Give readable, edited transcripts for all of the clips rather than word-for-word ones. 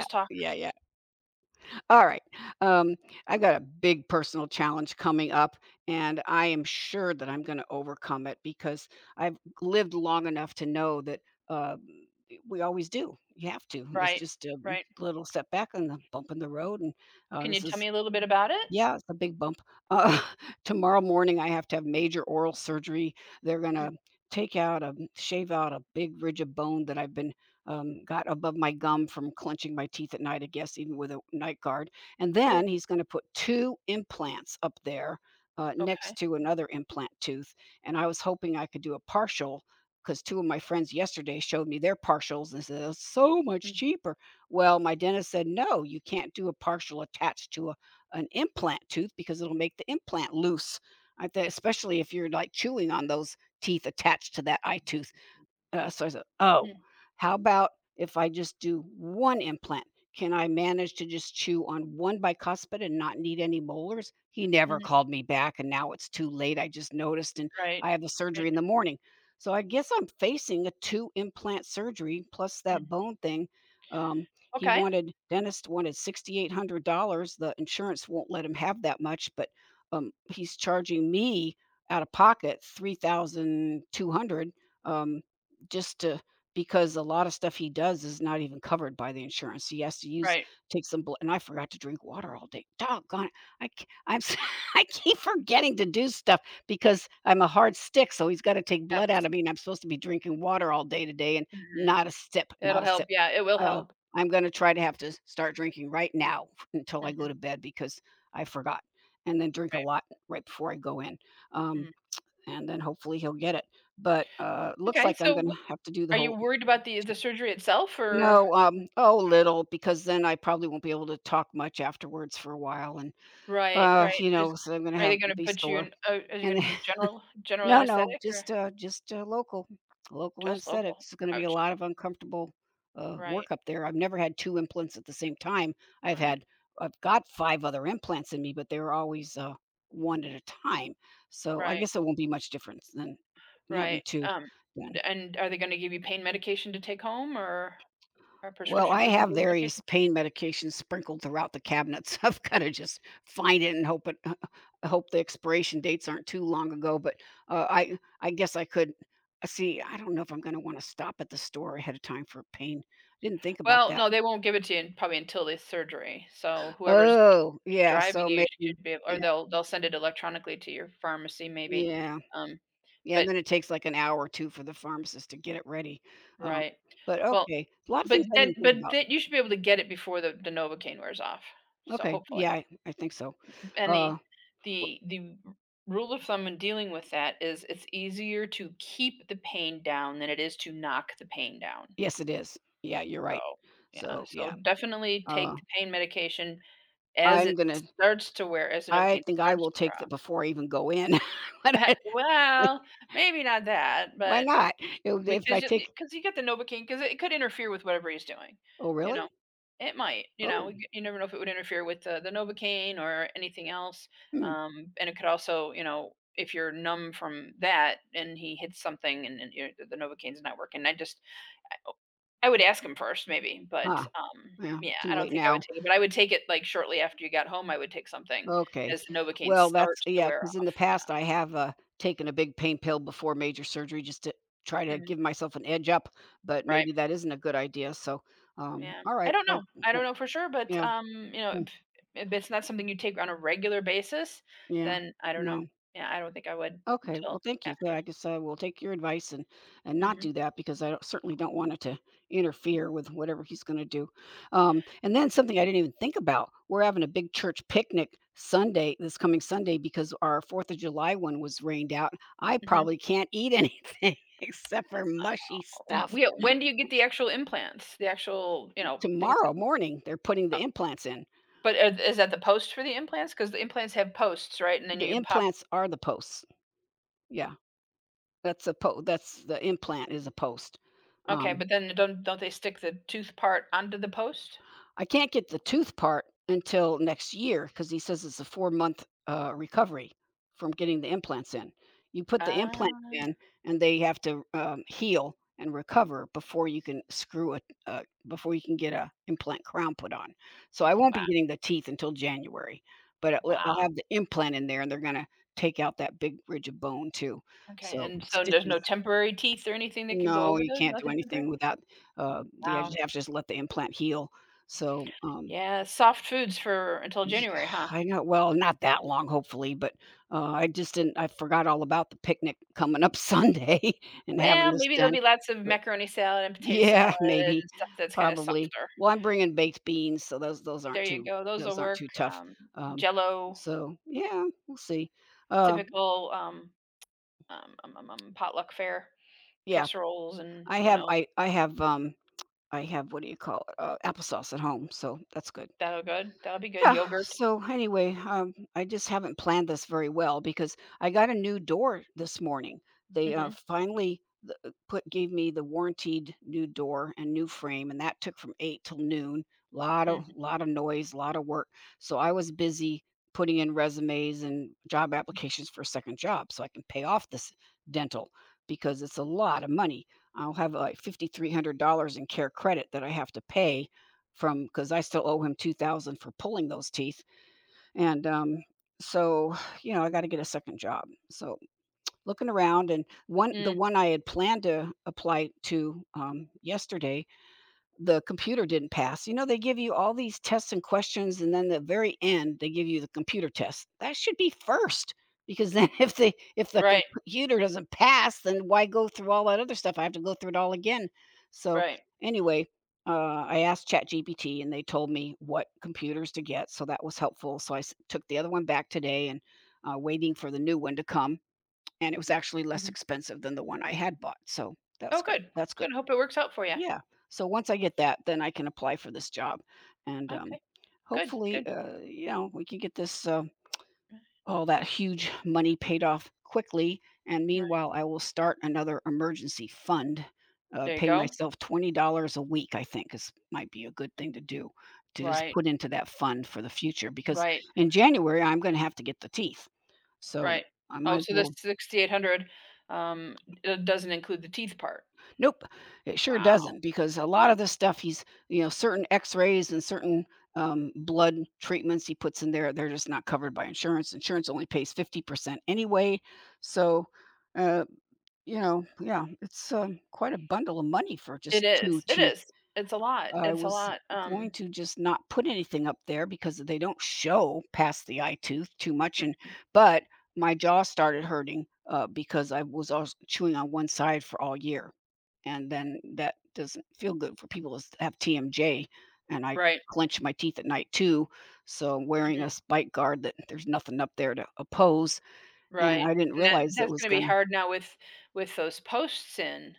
Just talk. Yeah, yeah. Yeah. All right. Um, I got a big personal challenge coming up, and I am sure that I'm going to overcome it because I've lived long enough to know that uh, we always do. You have to. It's Right, just a right. little setback and a bump in the road, and Can this you tell is me a little bit about it? yeah, it's a big bump. Uh, tomorrow morning, I have to have major oral surgery. They're gonna Mm. take out a shave out a big ridge of bone that I've been got above my gum from clenching my teeth at night. I guess even with a night guard. And then Oh, he's gonna put two implants up there next okay. to another implant tooth. And I was hoping I could do a partial because two of my friends yesterday showed me their partials and said it's so much Mm, cheaper. Well, my dentist said no, you can't do a partial attached to an implant tooth because it'll make the implant loose. I think, especially if you're like chewing on those teeth attached to that eye tooth. So I said, "Oh, mhm, how about if I just do one implant? Can I manage to just chew on one bicuspid and not need any molars?" He never mhm. called me back, and now it's too late. I just noticed, and Right. I have the surgery Right, in the morning. So I guess I'm facing a two implant surgery plus that mhm. bone thing. Um, he Okay. wanted dentist wanted $6,800. The insurance won't let him have that much, but he's charging me out of pocket 3,200 um, just to because a lot of stuff he does is not even covered by the insurance. He has to use Right. Take some blood, and I forgot to drink water all day. Doggone it. I k I'm s I keep forgetting to do stuff because I'm a hard stick, so he's gotta take blood out Yes. of me, and I'm supposed to be drinking water all day today and Mhm. not a sip, not It'll a help. sip. Yeah, it will Uh, help. I'm gonna try to have to start drinking right now until I go Mhm. to bed because I forgot, and then drink a Right. lot right before I go in. Um, Mhm. and then hopefully he'll get it. But, looks Okay, like I'm so gonna have to do the are you whole. worried about the surgery itself or No, oh, little, because then I probably won't be able to talk much afterwards for a while and, right, right. you know, Just so I'm gonna are have they gonna be put you sore. in oh, are you And gonna general general no, no, anesthetic or just, local just anesthetics. local? It's gonna be a Ouch. lot of uncomfortable, Right, work up there. I've never had 2 implants at the same time. I've right, had I've got 5 other implants in me, but they were always, 1 at a time. So I right, guess it won't be much difference than having right. 2 done. And are they gonna give you pain medication to take home? Or a Well, prescription I for some have pain various medication? pain medications sprinkled throughout the cabinet, so I've gotta just find it and hope it I hope the expiration dates aren't too long ago, but, uh, I guess I could see, I don't know if I'm gonna wanna stop at the store ahead of time for pain. I didn't think about Well, that. no, they won't give it to you in- probably until the surgery, so whoever's t Oh, yeah, driving so you maybe should be, or yeah, they'll send it electronically to your pharmacy maybe, yeah, um, yeah, and but then it takes, like, an hour or 2 for the pharmacist to get it ready, um, right. but Well, okay, a lot of but things I then didn't think but about. then you should be able to get it before the Novocaine wears off, so Okay, hopefully, yeah, I think so, and uh the r rule of thumb in dealing with that is it's easier to keep the pain down than it is to knock the pain down, yes, it is. Yeah, you're so, right. yeah, So, so yeah, definitely uh, take the pain medication as I'm it gonna starts to wear, as the I Novocaine think I starts will to wear take the off. before I even go in. What it like, Well, maybe not that, why but not? If I because take. because you get the novocaine because it could interfere with whatever he's doing, Oh, you really? know? It might, you Oh, know, you never know if it would interfere with the Novocaine or anything else, hmm, and it could also, you know, if you're numb from that and he hits something and then your the Novocaine's not working, I oh, I would ask him first maybe, but, ah, yeah, yeah, too I don't late think I would now. take it, but I would take it, like, shortly after you got home, I would take something Okay. as the Novocaine Well, that's starts to yeah. wear Because in off. the past, I have, taken a big pain pill before major surgery just to try Yeah. to Mhm. give myself an edge up, but Right. maybe that isn't a good idea, so, Yeah. I alright, don't I know. I uh, don't know for sure, but, yeah, you know, if mm, if it's not something you take on a regular basis, yeah, then I don't know. no. Yeah, I don't think I would Okay, well, until thank you. So after. I guess I will take your advice and not Mhm. do that because I don't- certainly don't want it to interfere with whatever he's going to do. And then something I didn't even think about: we're having a big church picnic Sunday, this coming Sunday, because our Fourth of July one was rained out. I Mhm. probably can't eat anything except for mushy Oh, stuff. we when do you get the actual implants? The actual, you know, things that Tomorrow morning, they're putting oh, the implants in. but, is that the post for the implants? Because the implants have posts, right? And then The you pop implants are the posts. Yeah, that's a po. That's the implant is a post. okay, Um, but then don't they stick the tooth part onto the post? I can't get the tooth part until next year because he says it's a 4 month recovery from getting the implants in. You put the implants Ah, in, and they have to heal and recover before you can screw it, before you can get a implant crown put on. So I won't wow, be getting the teeth until January, but I'll have wow, the implant in there, and they're gonna take out that big ridge of bone too. okay, So and so there's no stitches. temporary teeth or anything that can go No, over you those? can't do Nothing temporary? anything without. The. You Wow. have to just let the implant heal. So Yeah, soft foods for until yeah, January, huh? I know well, not that long, hopefully, but, I just didn't I forgot all about the picnic coming up Sunday and having Well, this maybe there'll done, be lots of but macaroni salad and potato yeah, salad maybe, and stuff that's kinda probably. softer. Well, I'm bringing baked beans, so those There aren't you too go, those'll those aren't too work, tough, um, jell so, yeah, we'll see. Uh, typical, potluck fare, yeah, casseroles and, I you have know, I I have, I have, what do you call it, applesauce at home, so that's good. that'll good that'll be good, Yeah. yogurt. So anyway, I just haven't planned this very well because I got a new door this morning. They Mhm, finally th- put gave me the warranted new door and new frame, and that took from eight till noon. Mm, Lot of noise, lot of work. So I was busy putting in resumes and job applications for a second job so I can pay off this dental because it's a lot of money. I'll have like $5,300 in care credit that I have to pay from because I still owe him 2,000 for pulling those teeth. And so, you know, I got to get a second job. So looking around and the mm, one I had planned to apply to yesterday the computer didn't pass. You know, they give you all these tests and questions, and then the very end, they give you the computer test. That should be first, because then if the right, computer doesn't pass, then why go through all that other stuff? I have to go through it all again. So right. anyway, I asked ChatGPT, and they told me what computers to get, so that was helpful. So took the other one back today, and waiting for the new one to come, and it was actually less Mhm. expensive than the one I had bought. So that's Oh, good. good. That's good. Good. Hope it works out for you. Yeah. So once I get that, then I can apply for this job, and, Okay. Good. hopefully, Good. You know, we can get all that huge money paid off quickly, and Right. meanwhile, I will start another emergency fund, There you pay go. myself $20 a week, I think is might be a good thing to do, to just Right. put into that fund for the future, because Right. in January, I'm gonna have to get the teeth. So Right. I might Oh, as so this well. 6,800, um, d doesn't include the teeth part. Nope, it sure Wow. doesn't because a lot of the stuff he's, you know, certain X-rays and certain blood treatments he puts in there, they're just not covered by insurance. Insurance only pays 50% anyway. So, uh, you know, yeah, it's quite a bundle of money for It just two is. It T. is. It's a lot. I It's a was lot. going to just not put anything up there because they don't show past the eye tooth too much, and but my jaw started hurting because I was chewing on one side for all year, and then that doesn't feel good for people that have TMJ, and I Right. clench my teeth at night too. So wearing Mhm. a spike guard that there's nothing up there to oppose, and Right. I didn't And that realize it that's was gonna be gonna. hard now with those posts in,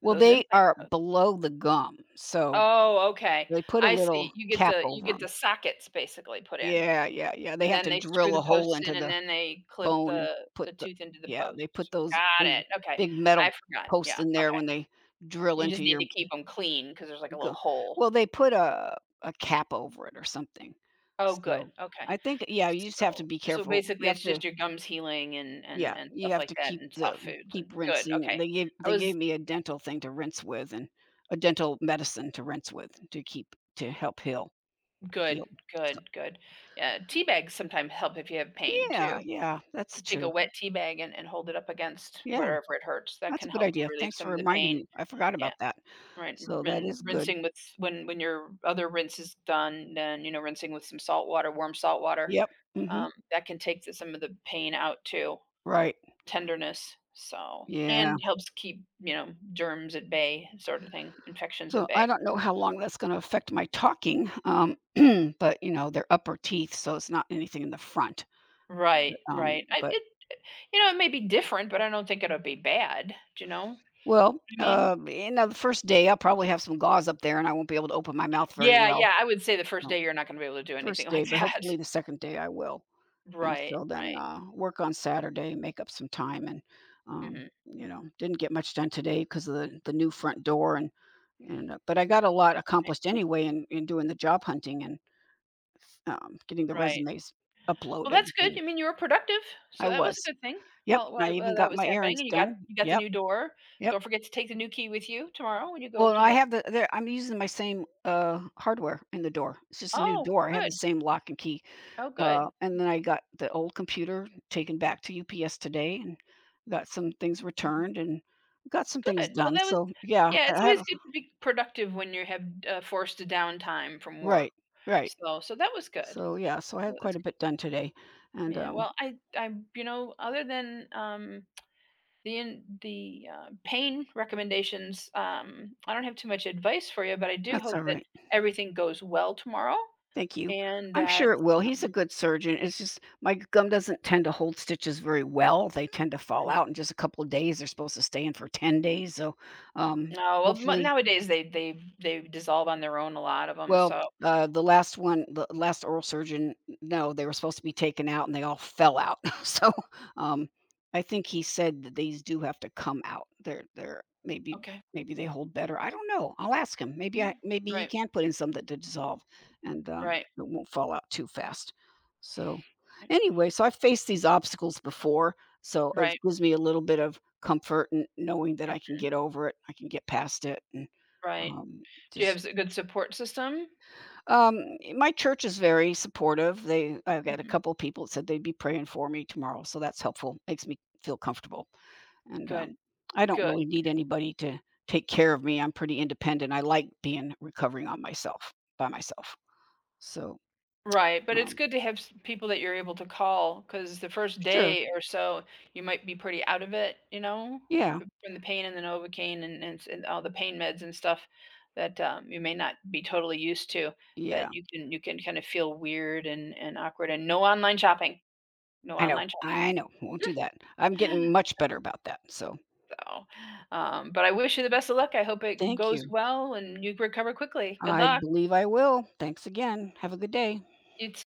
with Well, those they implant are posts. below the gum, so Oh, okay. they put a I see. little You get cap the over them. Sockets basically put in. Yeah, yeah, yeah, they And have then to they screw drill a the hole posts into in, and the then they clip bone and the put the the tooth into the yeah, they posts. put those Got it, okay. big metal I forgot, posts yeah, in there okay. when they drill You just into need your to keep them clean because there's, like, a gu little hole. well, they put a cap over it or something. Oh, So, good, okay. I think yeah, you just have to So be so careful. You basically, have it's to just your gums healing and and yeah, and you stuff have like to that and soft foods keep and good, rinsing. okay. I They gave was me a dental thing to rinse with and a dental medicine to rinse with to keep to help good, heal. good, good. Yeah, tea bags sometimes help if you have pain Yeah, too. yeah, that's You take a true. wet tea bag and hold it up against Yeah. wherever it hurts, that That's a can good help idea. relieve Thanks some for of the reminding pain, me. I forgot yeah. about that. Right, So that and is good. rinsing with when your other rinse is done, then, you know, rinsing with some salt water, warm salt water, Yep. Mhm. That can take the some of the pain out too, Right. tenderness, so Yeah. and helps keep, you know, germs at bay sort of thing, infections at So bay. I don't know how long that's gonna affect my talking, but, you know, they're upper teeth, so it's not anything in the front. Right, Um, right. I but it you know, it may be different, but I don't think it'll be bad, do you know what well, I mean? You know, the first day, I'll probably have some gauze up there, and I won't be able to open my mouth very Yeah, well. yeah, I would say the first No, day you're not gonna be able to do anything first day, like but that. hopefully the second day I will. And Right, so then, right. Work on Saturday, make up some time and, Mhm, you know, didn't get much right, done today because of the new front door and, but I got a lot right, accomplished anyway in doing the job hunting and, getting the right. resumes Well, uploaded and that's good. things. I mean, you were productive, so I that was a was. good thing. Yep, While and I while even while that got was my happening, errands and you got done. The Yep, new door. yep. Don't forget to take the new key with you tomorrow when you go Well, to I the have the I'm using my same, hardware in the door. It's just a new oh, door. I have the good. same lock and key. Oh, good. And then I got the old computer taken back to UPS today and got some things Mhm. returned and got some things Good. Well, done. that was So yeah, yeah, it's I had always a good to be productive when you have, forced a downtime from right, work. right. So so that was good. So yeah, so I had That quite was a good. bit done today, and Yeah, well, I you know, other than, the in the, pain recommendations, I don't have too much advice for you, but I do that's hope all that right. everything goes well tomorrow. Thank you. And I'm that, sure it will. He's a um good surgeon. It's just my gum doesn't tend to hold stitches very well. They tend to fall mhm. out in just a couple of days. They're supposed to stay in for 10 days. So um, No, well, mo hopefully. nowadays, they they dissolve on their own, a lot of them. Well, So uh, the last oral surgeon no, they were supposed to be taken out, and they all fell out. So, um, I think he said that these do have to come out. They're maybe okay. maybe they hold better. I don't know. I'll ask him. Mm. Maybe he Right. can put in some that d dissolve and, Right. it won't fall out too fast. So, Right. anyway, so I've faced these obstacles before, so it Right. gives me a little bit of comfort in knowing that I can Mhm. get over it, I can get past it, and, Right. um, Do you just have a good support system? Eh, my church is very supportive. They I've got a Mhm. couple of people that said they'd be praying for me tomorrow, so that's helpful. Makes me feel comfortable. And Good. I don't Good. really need anybody to take care of me. I'm pretty independent. I like being recovering on myself by myself. So Right, but it's um, good to have s people that you're able to call because the first sure, day or so, you might be pretty out of it, you know, yeah, f from the pain and the Novocaine and s and all the pain meds and stuff that, you may not be totally used to, yeah. that you can kind of feel weird and awkward, and no online shopping, no I know, online shopping. I know. Won't do that. I'm getting much better about that. So So, but I wish you the best of luck, I hope it thank goes you. well and you recover quickly. Good I luck. believe I will. Thanks again. Have a good day. You